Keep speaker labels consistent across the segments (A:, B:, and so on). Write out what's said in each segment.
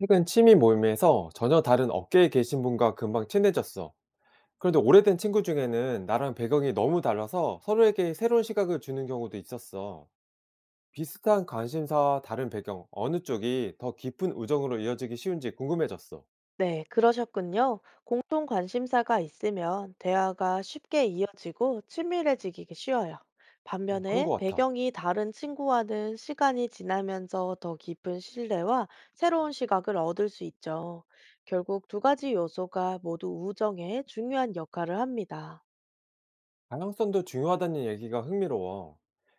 A: 최근 취미 모임에서 전혀 다른 업계에 계신 분과 금방 친해졌어. 그런데 오래된 친구 중에는 나랑 배경이 너무 달라서 서로에게 새로운 시각을 주는 경우도 있었어. 비슷한 관심사와 다른 배경, 어느 쪽이 더 깊은 우정으로 이어지기 쉬운지 궁금해졌어.
B: 네, 그러셨군요. 공통 관심사가 있으면 대화가 쉽게 이어지고 친밀해지기 쉬워요.
A: 어, 그런
B: 반면에
A: 것 같아.
B: 배경이 다른 친구와는 시간이 지나면서 더 깊은 신뢰와 새로운 시각을 얻을 수 있죠. 결국 두 가지 요소가 모두 우정에 중요한 역할을 합니다.
A: 다양성도 중요하다는 얘기가 흥미로워.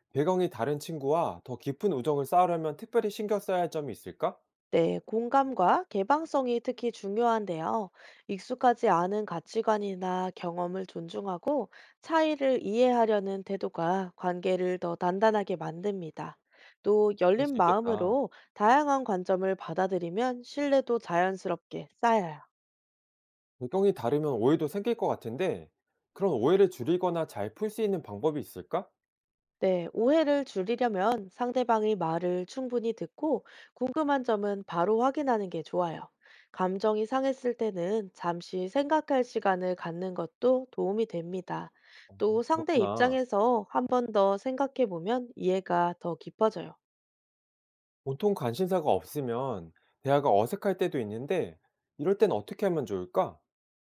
A: 배경이 다른 친구와 더 깊은 우정을 쌓으려면 특별히 신경 써야 할 점이 있을까?
B: 네, 공감과 개방성이 특히 중요한데요. 익숙하지 않은 가치관이나 경험을 존중하고 차이를 이해하려는 태도가 관계를 더 단단하게 만듭니다. 또
A: 그럴 수
B: 열린
A: 있겠다.
B: 마음으로 다양한 관점을 받아들이면 신뢰도 자연스럽게 쌓여요.
A: 배경이 다르면 오해도 생길 것 같은데, 그런 오해를 줄이거나 잘 풀 수 있는 방법이 있을까?
B: 네, 오해를 줄이려면 상대방의 말을 충분히 듣고 궁금한 점은 바로 확인하는 게 좋아요. 감정이 상했을 때는 잠시 생각할 시간을 갖는 것도 도움이 됩니다. 또 상대
A: 그렇구나.
B: 입장에서 한 번 더 생각해 보면 이해가 더 깊어져요.
A: 보통 관심사가 없으면 대화가 어색할 때도 있는데, 이럴 땐 어떻게 하면 좋을까?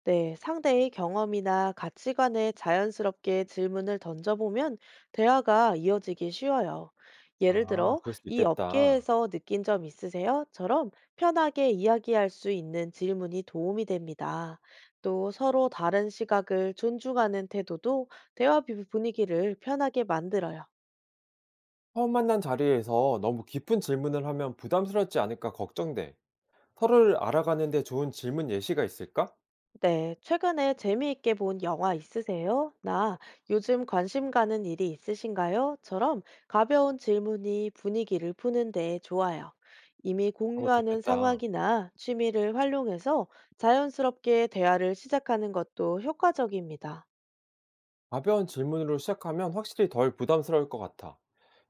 B: 네, 상대의 경험이나 가치관에 자연스럽게 질문을 던져보면 대화가 이어지기 쉬워요. 예를
A: 아,
B: 들어,
A: 그럴 수
B: 이
A: 있겠다.
B: 업계에서 느낀 점 있으세요?처럼 편하게 이야기할 수 있는 질문이 도움이 됩니다. 또 서로 다른 시각을 존중하는 태도도 분위기를 편하게 만들어요.
A: 처음 만난 자리에서 너무 깊은 질문을 하면 부담스럽지 않을까 걱정돼. 서로를 알아가는데 좋은 질문 예시가 있을까?
B: 네, 최근에 재미있게 본 영화 있으세요? 나 요즘 관심 가는 일이 있으신가요? 처럼 가벼운 질문이 분위기를 푸는데 좋아요. 이미
A: 그런 거
B: 공유하는
A: 좋겠다.
B: 상황이나 취미를 활용해서 자연스럽게 대화를 시작하는 것도 효과적입니다.
A: 가벼운 질문으로 시작하면 확실히 덜 부담스러울 것 같아.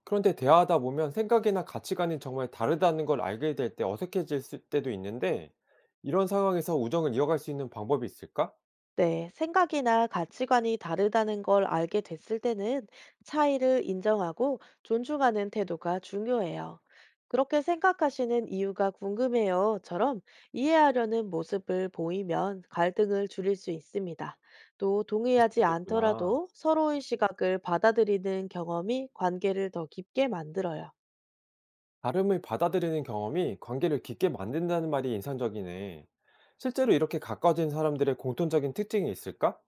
A: 그런데 대화하다 보면 생각이나 가치관이 정말 다르다는 걸 알게 될 때 때도 있는데, 이런 상황에서 우정을 이어갈 수 있는 방법이 있을까?
B: 네, 생각이나 가치관이 다르다는 걸 알게 됐을 때는 차이를 인정하고 존중하는 태도가 중요해요. 그렇게 생각하시는 이유가 궁금해요.처럼 이해하려는 모습을 보이면 갈등을 줄일 수 있습니다. 또
A: 그럴 수
B: 동의하지
A: 있겠구나.
B: 않더라도 서로의 시각을 받아들이는 경험이 관계를 더 깊게 만들어요.
A: 다름을 받아들이는 경험이 관계를 깊게 만든다는 말이 인상적이네. 실제로 이렇게 가까워진 사람들의 공통적인 특징이 있을까?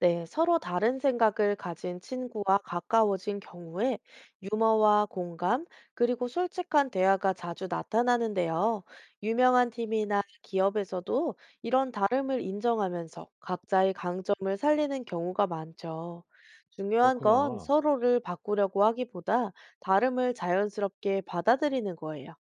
B: 네, 서로 다른 생각을 가진 친구와 가까워진 경우에 유머와 공감, 그리고 솔직한 대화가 자주 나타나는데요. 유명한 팀이나 기업에서도 이런 다름을 인정하면서 각자의 강점을 살리는 경우가 많죠. 중요한 건
A: 그렇구나.
B: 서로를 바꾸려고 하기보다 다름을 자연스럽게 받아들이는 거예요.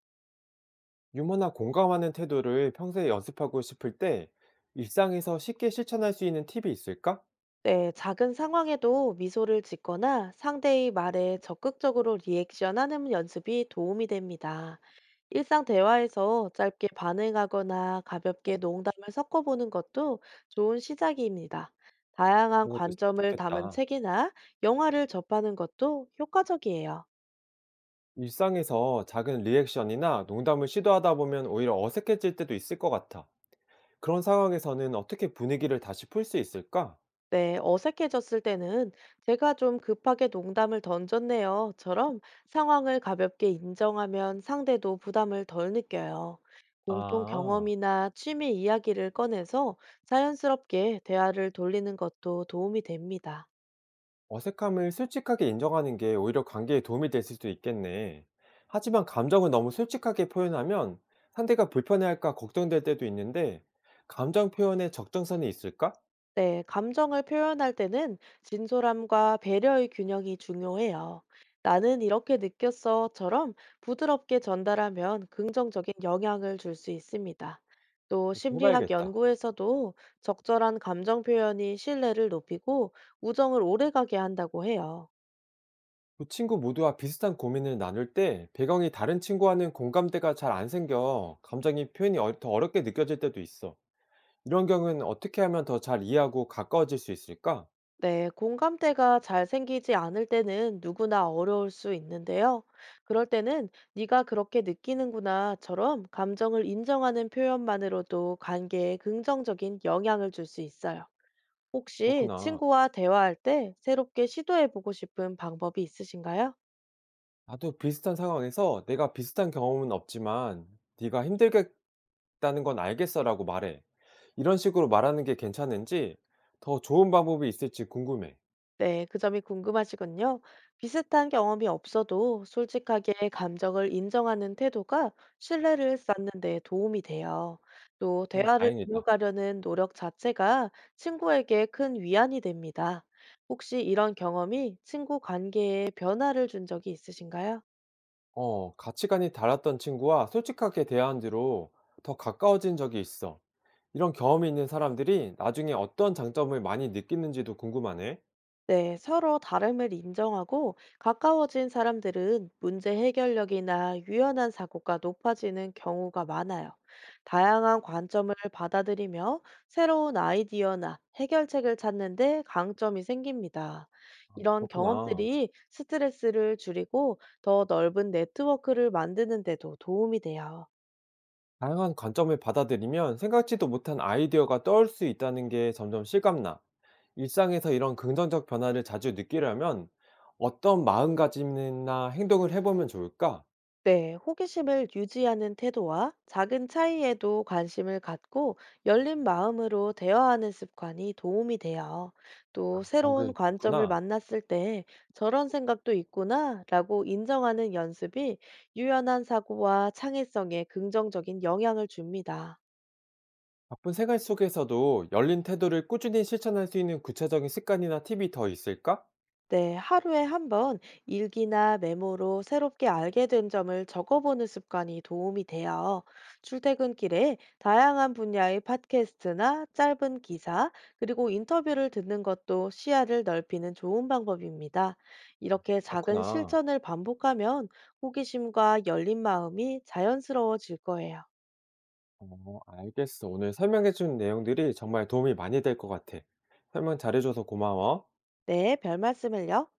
A: 유머나 공감하는 태도를 평소에 연습하고 싶을 때, 일상에서 쉽게 실천할 수 있는 팁이 있을까?
B: 네, 작은 상황에도 미소를 짓거나 상대의 말에 적극적으로 리액션하는 연습이 도움이 됩니다. 일상 대화에서 짧게 반응하거나 가볍게 농담을 섞어보는 것도 좋은 시작입니다. 다양한
A: 이것도
B: 관점을 담은
A: 좋겠다.
B: 책이나 영화를 접하는 것도 효과적이에요.
A: 일상에서 작은 리액션이나 농담을 시도하다 보면 오히려 어색해질 때도 있을 것 같아. 그런 상황에서는 어떻게 분위기를 다시 풀 수 있을까?
B: 네, 어색해졌을 때는 제가 좀 급하게 농담을 던졌네요.처럼 상황을 가볍게 인정하면 상대도 부담을 덜 느껴요. 공통
A: 아,
B: 경험이나 취미 이야기를 꺼내서 자연스럽게 대화를 돌리는 것도 도움이 됩니다.
A: 어색함을 솔직하게 인정하는 게 오히려 관계에 도움이 될 수도 있겠네. 하지만 감정을 너무 솔직하게 표현하면 상대가 불편해할까 걱정될 때도 있는데, 감정 표현에 적정선이 있을까?
B: 네, 감정을 표현할 때는 진솔함과 배려의 균형이 중요해요. 나는 이렇게 느꼈어처럼 부드럽게 전달하면 긍정적인 영향을 줄 수 있습니다. 또
A: 그렇게
B: 심리학
A: 해봐야겠다.
B: 연구에서도 적절한 감정 표현이 신뢰를 높이고 우정을 오래가게 한다고 해요.
A: 두 친구 모두와 비슷한 고민을 나눌 때 배경이 다른 친구와는 공감대가 잘 안 생겨 감정이 표현이 더 어렵게 느껴질 때도 있어. 이런 경우는 어떻게 하면 더 잘 이해하고 가까워질 수 있을까?
B: 네, 공감대가 잘 생기지 않을 때는 누구나 어려울 수 있는데요. 그럴 때는 네가 그렇게 느끼는구나처럼 감정을 인정하는 표현만으로도 관계에 긍정적인 영향을 줄 수 있어요. 혹시
A: 그렇구나.
B: 친구와 대화할 때 새롭게 시도해보고 싶은 방법이 있으신가요?
A: 나도 비슷한 상황에서 내가 비슷한 경험은 없지만 네가 힘들겠다는 건 알겠어라고 말해. 이런 식으로 말하는 게 괜찮은지 더 좋은 방법이 있을지 궁금해.
B: 네, 그 점이 궁금하시군요. 비슷한 경험이 없어도 솔직하게 감정을 인정하는 태도가 신뢰를 쌓는 데 도움이 돼요. 또
A: 그럼
B: 대화를
A: 다행이다.
B: 이어가려는 노력 자체가 친구에게 큰 위안이 됩니다. 혹시 이런 경험이 친구 관계에 변화를 준 적이 있으신가요?
A: 어, 가치관이 달랐던 친구와 솔직하게 대화한 뒤로 더 가까워진 적이 있어. 이런 경험이 있는 사람들이 나중에 어떤 장점을 많이 느끼는지도 궁금하네.
B: 네, 서로 다름을 인정하고 가까워진 사람들은 문제 해결력이나 유연한 사고가 높아지는 경우가 많아요. 다양한 관점을 받아들이며 새로운 아이디어나 해결책을 찾는데 강점이 생깁니다. 이런
A: 그렇구나.
B: 경험들이 스트레스를 줄이고 더 넓은 네트워크를 만드는 데도 도움이 돼요.
A: 다양한 관점을 받아들이면 생각지도 못한 아이디어가 떠올 수 있다는 게 점점 실감나. 일상에서 이런 긍정적 변화를 자주 느끼려면 어떤 마음가짐이나 행동을 해보면 좋을까?
B: 네, 호기심을 유지하는 태도와 작은 차이에도 관심을 갖고 열린 마음으로 대화하는 습관이 도움이 돼요. 또
A: 그런
B: 새로운
A: 게
B: 관점을
A: 좋구나.
B: 만났을 때 저런 생각도 있구나 라고 인정하는 연습이 유연한 사고와 창의성에 긍정적인 영향을 줍니다.
A: 바쁜 생활 속에서도 열린 태도를 꾸준히 실천할 수 있는 구체적인 습관이나 팁이 더 있을까?
B: 네, 하루에 한 번 일기나 메모로 새롭게 알게 된 점을 적어보는 습관이 도움이 돼요. 출퇴근길에 다양한 분야의 팟캐스트나 짧은 기사, 그리고 인터뷰를 듣는 것도 시야를 넓히는 좋은 방법입니다. 이렇게 작은
A: 그렇구나.
B: 실천을 반복하면 호기심과 열린 마음이 자연스러워질 거예요.
A: 어 알겠어. 오늘 설명해 준 내용들이 정말 도움이 많이 될 것 같아. 설명 잘해 줘서 고마워.
B: 네, 별 말씀을요.